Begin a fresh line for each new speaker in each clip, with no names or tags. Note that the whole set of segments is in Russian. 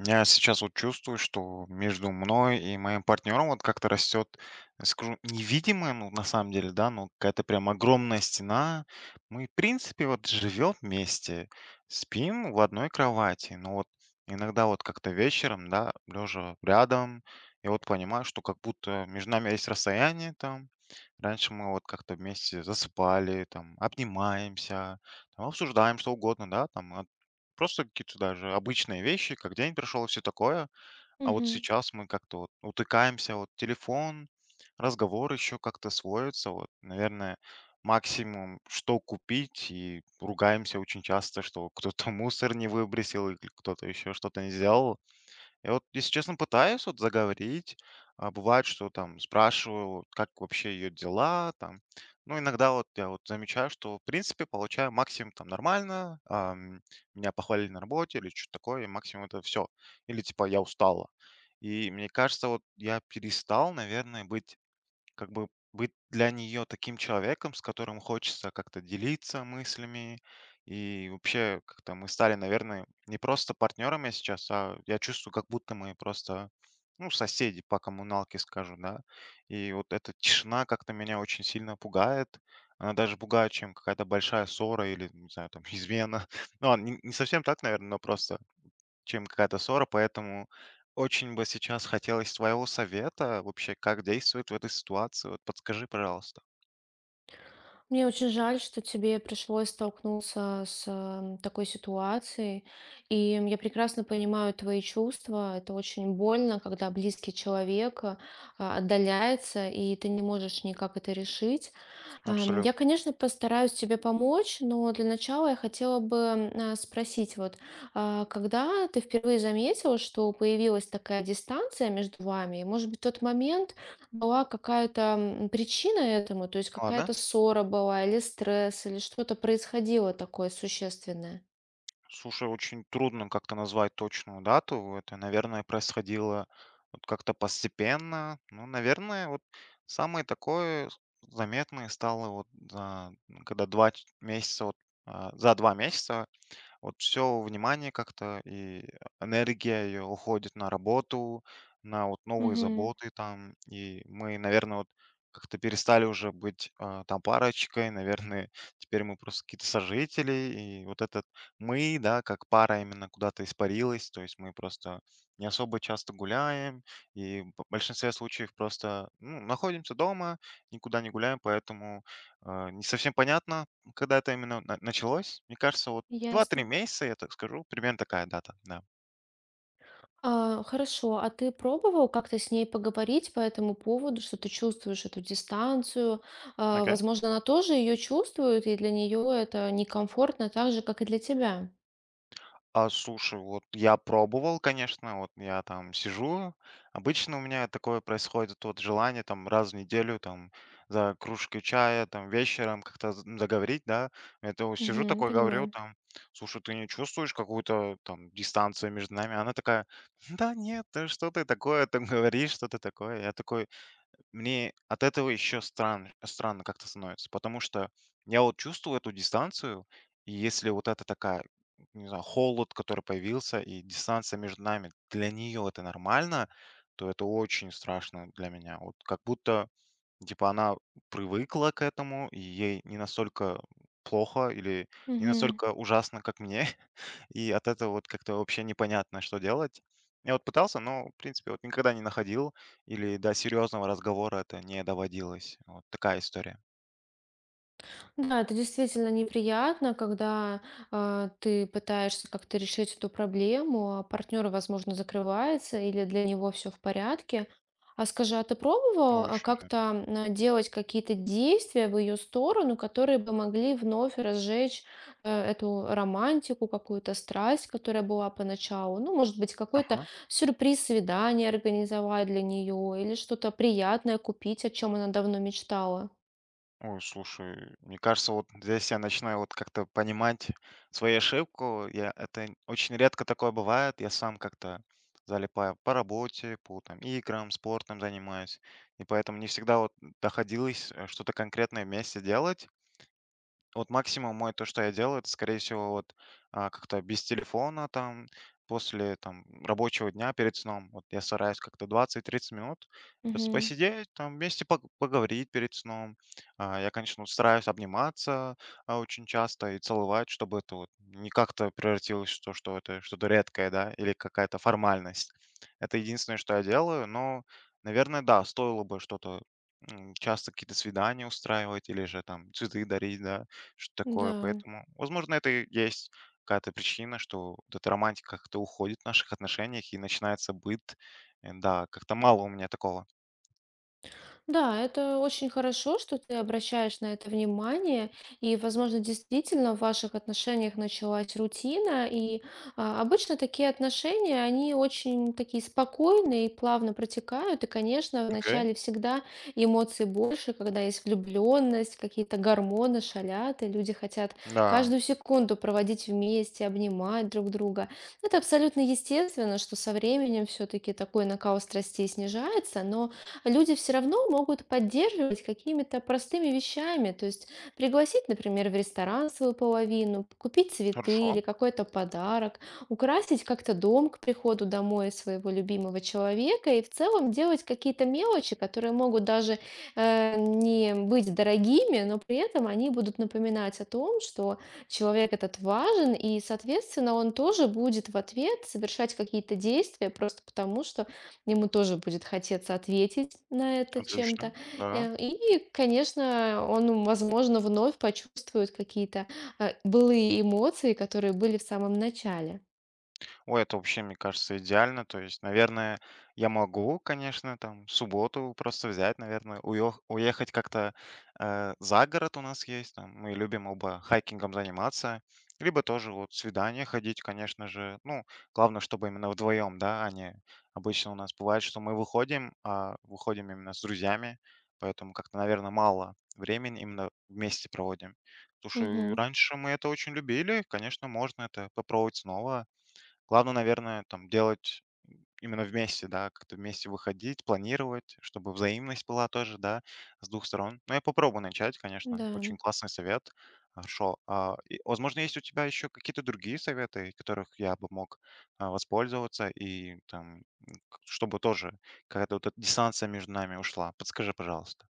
Я сейчас вот чувствую, что между мной и моим партнером вот как-то растет, скажу, невидимая, ну, на самом деле, да, ну, какая-то прям огромная стена. Мы, в принципе, вот живем вместе, спим в одной кровати, но вот иногда вот как-то вечером, да, лежа рядом, я вот понимаю, что как будто между нами есть расстояние там. Раньше мы вот как-то вместе засыпали, там, обнимаемся, там, обсуждаем что угодно, да, там, просто какие-то даже обычные вещи, как день прошел и все такое. А вот
Мгм.
сейчас мы как-то вот утыкаемся, вот телефон, разговор еще как-то сводится. Вот, наверное, максимум, что купить, и ругаемся очень часто, что кто-то мусор не выбросил или кто-то еще что-то не сделал. Я вот, если честно, пытаюсь вот заговорить. А бывает, что там спрашиваю, вот как вообще ее дела, там. Ну, иногда вот я вот замечаю, что, в принципе, получаю максимум там нормально, меня похвалили на работе или что-то такое, и максимум это все. Или типа я устала. И мне кажется, вот я перестал, наверное, быть как бы для нее таким человеком, с которым хочется как-то делиться мыслями. И вообще, как-то мы стали, наверное, не просто партнерами сейчас, а я чувствую, как будто мы просто, ну, соседи по коммуналке, скажу, да. И вот эта тишина как-то меня очень сильно пугает. Она даже пугает, чем какая-то большая ссора или, не знаю, там, измена. Ну, ладно, не совсем так, наверное, но просто чем какая-то ссора, поэтому очень бы сейчас хотелось твоего совета вообще, как действовать в этой ситуации. Вот подскажи, пожалуйста.
Мне очень жаль, что тебе пришлось столкнуться с такой ситуацией. И я прекрасно понимаю твои чувства. Это очень больно, когда близкий человек отдаляется, и ты не можешь никак это решить. Я,
Абсолютно.
конечно, постараюсь тебе помочь, но для начала я хотела бы спросить, когда ты впервые заметила, что появилась такая дистанция между вами, и, может быть, тот момент, была какая-то причина этому, то есть
Ладно.
какая-то ссора была, или стресс, или что-то происходило такое существенное.
Слушай, очень трудно как-то назвать точную дату. Это, наверное, происходило вот как-то постепенно. Ну, наверное, вот самое такое заметное стало вот за, ну, когда месяца, вот, за два месяца вот все внимание как-то и энергия ее уходит на работу, на вот новые
Мгм.
заботы там, и мы, наверное, вот как-то перестали уже быть там парочкой, наверное, теперь мы просто какие-то сожители, и вот этот мы, да, как пара именно куда-то испарилась, то есть мы просто не особо часто гуляем, и в большинстве случаев просто ну, находимся дома, никуда не гуляем, поэтому не совсем понятно, когда это именно началось. Мне кажется, вот два-три
Ясно.
месяца, я так скажу, примерно такая дата, да.
Хорошо, а ты пробовал как-то с ней поговорить по этому поводу, что ты чувствуешь эту дистанцию?
Окей.
Возможно, она тоже ее чувствует, и для нее это некомфортно, так же, как и для тебя.
А слушай, вот я пробовал, конечно, вот я там сижу. Обычно у меня такое происходит, вот желание там раз в неделю, там за кружкой чая, там вечером как-то заговорить, да. Это вот сижу
Мгм,
такой, говорю,
понимаю.
там, слушай, ты не чувствуешь какую-то там дистанцию между нами? Она такая, да нет, да что ты такое там говоришь, что ты такое? Я такой, мне от этого еще странно как-то становится, потому что я вот чувствую эту дистанцию, и если вот это такая, не знаю, холод, который появился, и дистанция между нами, для нее это нормально, то это очень страшно для меня. Вот как будто, типа, она привыкла к этому, и ей не настолько плохо или не
Мгм.
настолько ужасно, как мне. И от этого вот как-то вообще непонятно, что делать. Я вот пытался, но, в принципе, вот никогда не находил или до серьезного разговора это не доводилось. Вот такая история.
Да, это действительно неприятно, когда ты пытаешься как-то решить эту проблему, а партнер, возможно, закрывается или для него все в порядке. А скажи, а ты
Ну,
пробовал
очень, да.
как-то делать какие-то действия в ее сторону, которые бы могли вновь разжечь эту романтику, какую-то страсть, которая была поначалу? Ну, может быть, какой-то
Ага.
сюрприз свидание организовать для нее или что-то приятное купить, о чем она давно мечтала?
Ой, слушай, мне кажется, вот здесь я начинаю вот как-то понимать свою ошибку. Это очень редко такое бывает. Я сам как-то залипаю по работе, по там, играм, спортом занимаюсь. И поэтому не всегда вот доходилось что-то конкретное вместе делать. Вот максимум мой, то, что я делаю, это, скорее всего, вот как-то без телефона там после там рабочего дня перед сном. Вот я стараюсь как-то 20-30 минут просто
Мгм.
посидеть, там вместе поговорить перед сном. Я, конечно, вот стараюсь обниматься очень часто и целовать, чтобы это вот не как-то превратилось в то, что это что-то редкое, да, или какая-то формальность. Это единственное, что я делаю, но, наверное, да, стоило бы что-то часто какие-то свидания устраивать или же там цветы дарить, да, что
Да.
такое. Поэтому, возможно, это и есть какая-то причина, что вот эта романтика как-то уходит в наших отношениях и начинается быт. Да, как-то мало у меня такого.
Да, это очень хорошо, что ты обращаешь на это внимание, и, возможно, действительно в ваших отношениях началась рутина, и обычно такие отношения, они очень такие спокойные и плавно протекают, и, конечно,
Окей.
вначале всегда эмоций больше, когда есть влюбленность, какие-то гормоны шалят, и люди хотят
Да,
каждую секунду проводить вместе, обнимать друг друга. Это абсолютно естественно, что со временем все-таки такой накал страстей снижается, но люди все равно могут поддерживать какими-то простыми вещами, то есть пригласить, например, в ресторан свою половину, купить цветы
хорошо,
или какой-то подарок, украсить как-то дом к приходу домой своего любимого человека и в целом делать какие-то мелочи, которые могут даже не быть дорогими, но при этом они будут напоминать о том, что человек этот важен, и, соответственно, он тоже будет в ответ совершать какие-то действия просто потому, что ему тоже будет хотеться ответить на это
отлично,
чем-то.
да.
И, конечно, он, возможно, вновь почувствует какие-то, былые эмоции, которые были в самом начале.
Ой, это вообще, мне кажется, идеально. То есть, наверное, я могу, конечно, там в субботу просто взять, наверное, уехать как-то за город у нас есть. Там, мы любим оба хайкингом заниматься. Либо тоже вот свидание ходить, конечно же. Ну, главное, чтобы именно вдвоем, да, а не обычно у нас бывает, что мы выходим, а выходим именно с друзьями. Поэтому как-то, наверное, мало времени именно вместе проводим. Слушай,
Мгм.
раньше мы это очень любили, конечно, можно это попробовать снова. Главное, наверное, там делать именно вместе, да, как-то вместе выходить, планировать, чтобы взаимность была тоже, да, с двух сторон. Но я попробую начать,
Да.
конечно. Очень классный совет. Хорошо. И, возможно, есть у тебя еще какие-то другие советы, которых я бы мог воспользоваться, и там, чтобы тоже какая-то вот эта дистанция между нами ушла. Подскажи, пожалуйста.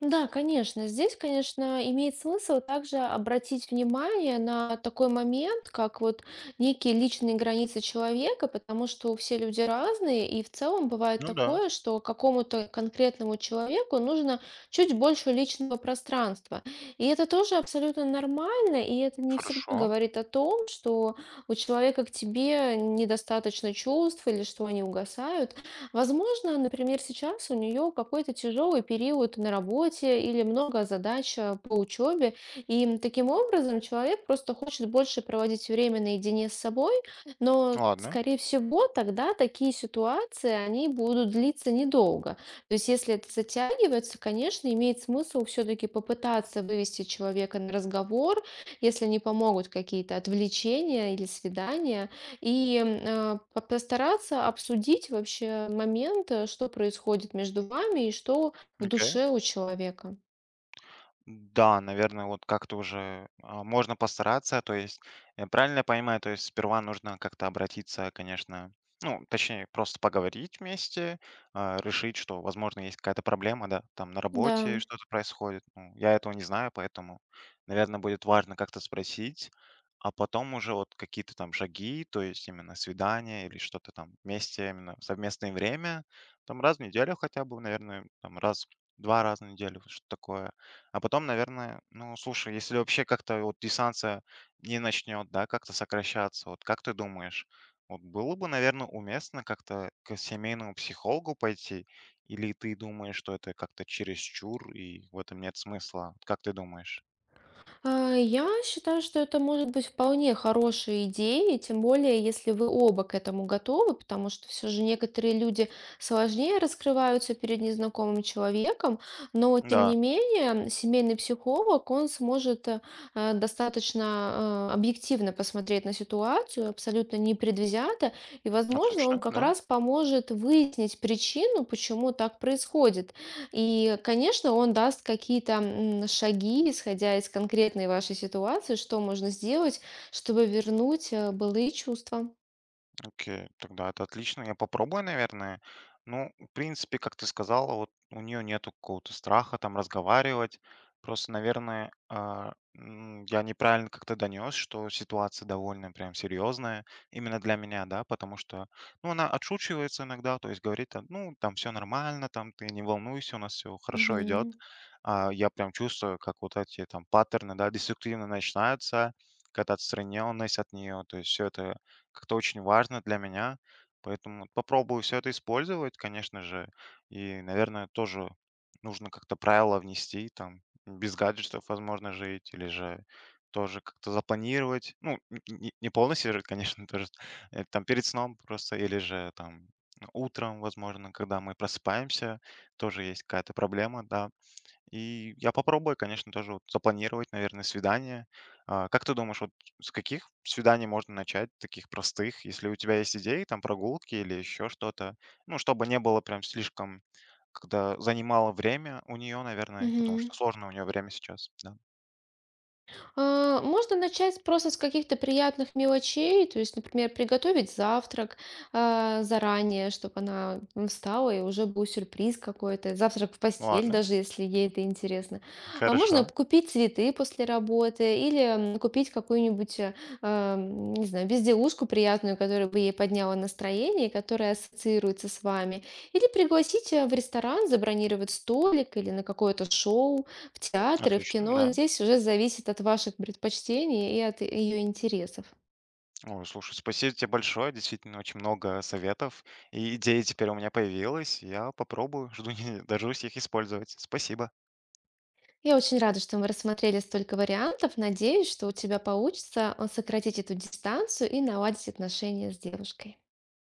Да, конечно. Здесь, конечно, имеет смысл также обратить внимание на такой момент, как вот некие личные границы человека, потому что все люди разные, и в целом бывает
Ну да,
такое, что какому-то конкретному человеку нужно чуть больше личного пространства. И это тоже абсолютно нормально, и это не всегда
хорошо.
говорит о том, что у человека к тебе недостаточно чувств или что они угасают. Возможно, например, сейчас у нее какой-то тяжелый период на работе или много задач по учебе, и таким образом человек просто хочет больше проводить время наедине с собой, но,
Ладно,
скорее всего, тогда такие ситуации, они будут длиться недолго. То есть, если это затягивается, конечно, имеет смысл все-таки попытаться вывести человека на разговор, если не помогут какие-то отвлечения или свидания, и, э, по постараться обсудить вообще момент, что происходит между вами и что в
окей.
душе у человека.
Да, наверное, вот как-то уже можно постараться. То есть, правильно я понимаю, то есть сперва нужно как-то обратиться, конечно, ну, точнее, просто поговорить вместе, а, решить, что, возможно, есть какая-то проблема, да, там на
Да.
работе что-то происходит. Ну, я этого не знаю, поэтому, наверное, будет важно как-то спросить, а потом уже вот какие-то там шаги, то есть именно свидание или что-то там вместе, именно совместное время, там раз в неделю хотя бы, наверное, там раз, два раза в неделю, вот что-то такое. А потом, наверное, ну, слушай, если вообще как-то вот дистанция не начнет, да, как-то сокращаться, вот как ты думаешь, вот было бы, наверное, уместно как-то к семейному психологу пойти, или ты думаешь, что это как-то чересчур и в этом нет смысла? Вот как ты думаешь?
Я считаю, что это может быть вполне хорошей идеей, тем более, если вы оба к этому готовы, потому что все же некоторые люди сложнее раскрываются перед незнакомым человеком, но тем
Да,
не менее семейный психолог, он сможет достаточно объективно посмотреть на ситуацию, абсолютно непредвзято, и, возможно, он
отлично,
как
да.
раз поможет выяснить причину, почему так происходит. И, конечно, он даст какие-то шаги, исходя из конкретной вашей ситуации, что можно сделать, чтобы вернуть былые чувства.
Окей, тогда это отлично. Я попробую, наверное. Ну, в принципе, как ты сказала, вот у нее нету какого-то страха там разговаривать. Просто, наверное, я неправильно как-то донес, что ситуация довольно прям серьезная именно для меня, да, потому что, ну, она отшучивается иногда, то есть говорит, там, ну, там все нормально, там ты не волнуйся, у нас все хорошо идет.
Мгм.
Я прям чувствую, как вот эти там паттерны, да, деструктивно начинаются, какая-то отстраненность от нее, то есть все это как-то очень важно для меня. Поэтому вот попробую все это использовать, конечно же. И, наверное, тоже нужно как-то правила внести, там, без гаджетов, возможно, жить, или же тоже как-то запланировать. Ну, не полностью, же, конечно, тоже там перед сном просто, или же там утром, возможно, когда мы просыпаемся, тоже есть какая-то проблема, да, и я попробую, конечно, тоже вот запланировать, наверное, свидание. Как ты думаешь, вот с каких свиданий можно начать, таких простых, если у тебя есть идеи, там, прогулки или еще что-то? Ну, чтобы не было прям слишком, когда занимало время у нее, наверное, потому
Мгм.
что сложно у нее время сейчас, да.
Можно начать просто с каких-то приятных мелочей, то есть, например, приготовить завтрак заранее, чтобы она встала и уже был сюрприз какой-то, завтрак в постель,
Ладно,
даже если ей это интересно. А
хорошо,
можно купить цветы после работы или купить какую-нибудь, не знаю, безделушку приятную, которая бы ей подняла настроение, и которая ассоциируется с вами. Или пригласить в ресторан, забронировать столик или на какое-то шоу. В театре, в
отлично,
кино
да.
здесь уже зависит от ваших предпочтений и от ее интересов.
Ой, слушай, спасибо тебе большое, действительно, очень много советов и идей теперь у меня появилось. Я попробую, жду, не дождусь их использовать. Спасибо.
Я очень рада, что мы рассмотрели столько вариантов. Надеюсь, что у тебя получится сократить эту дистанцию и наладить отношения с девушкой.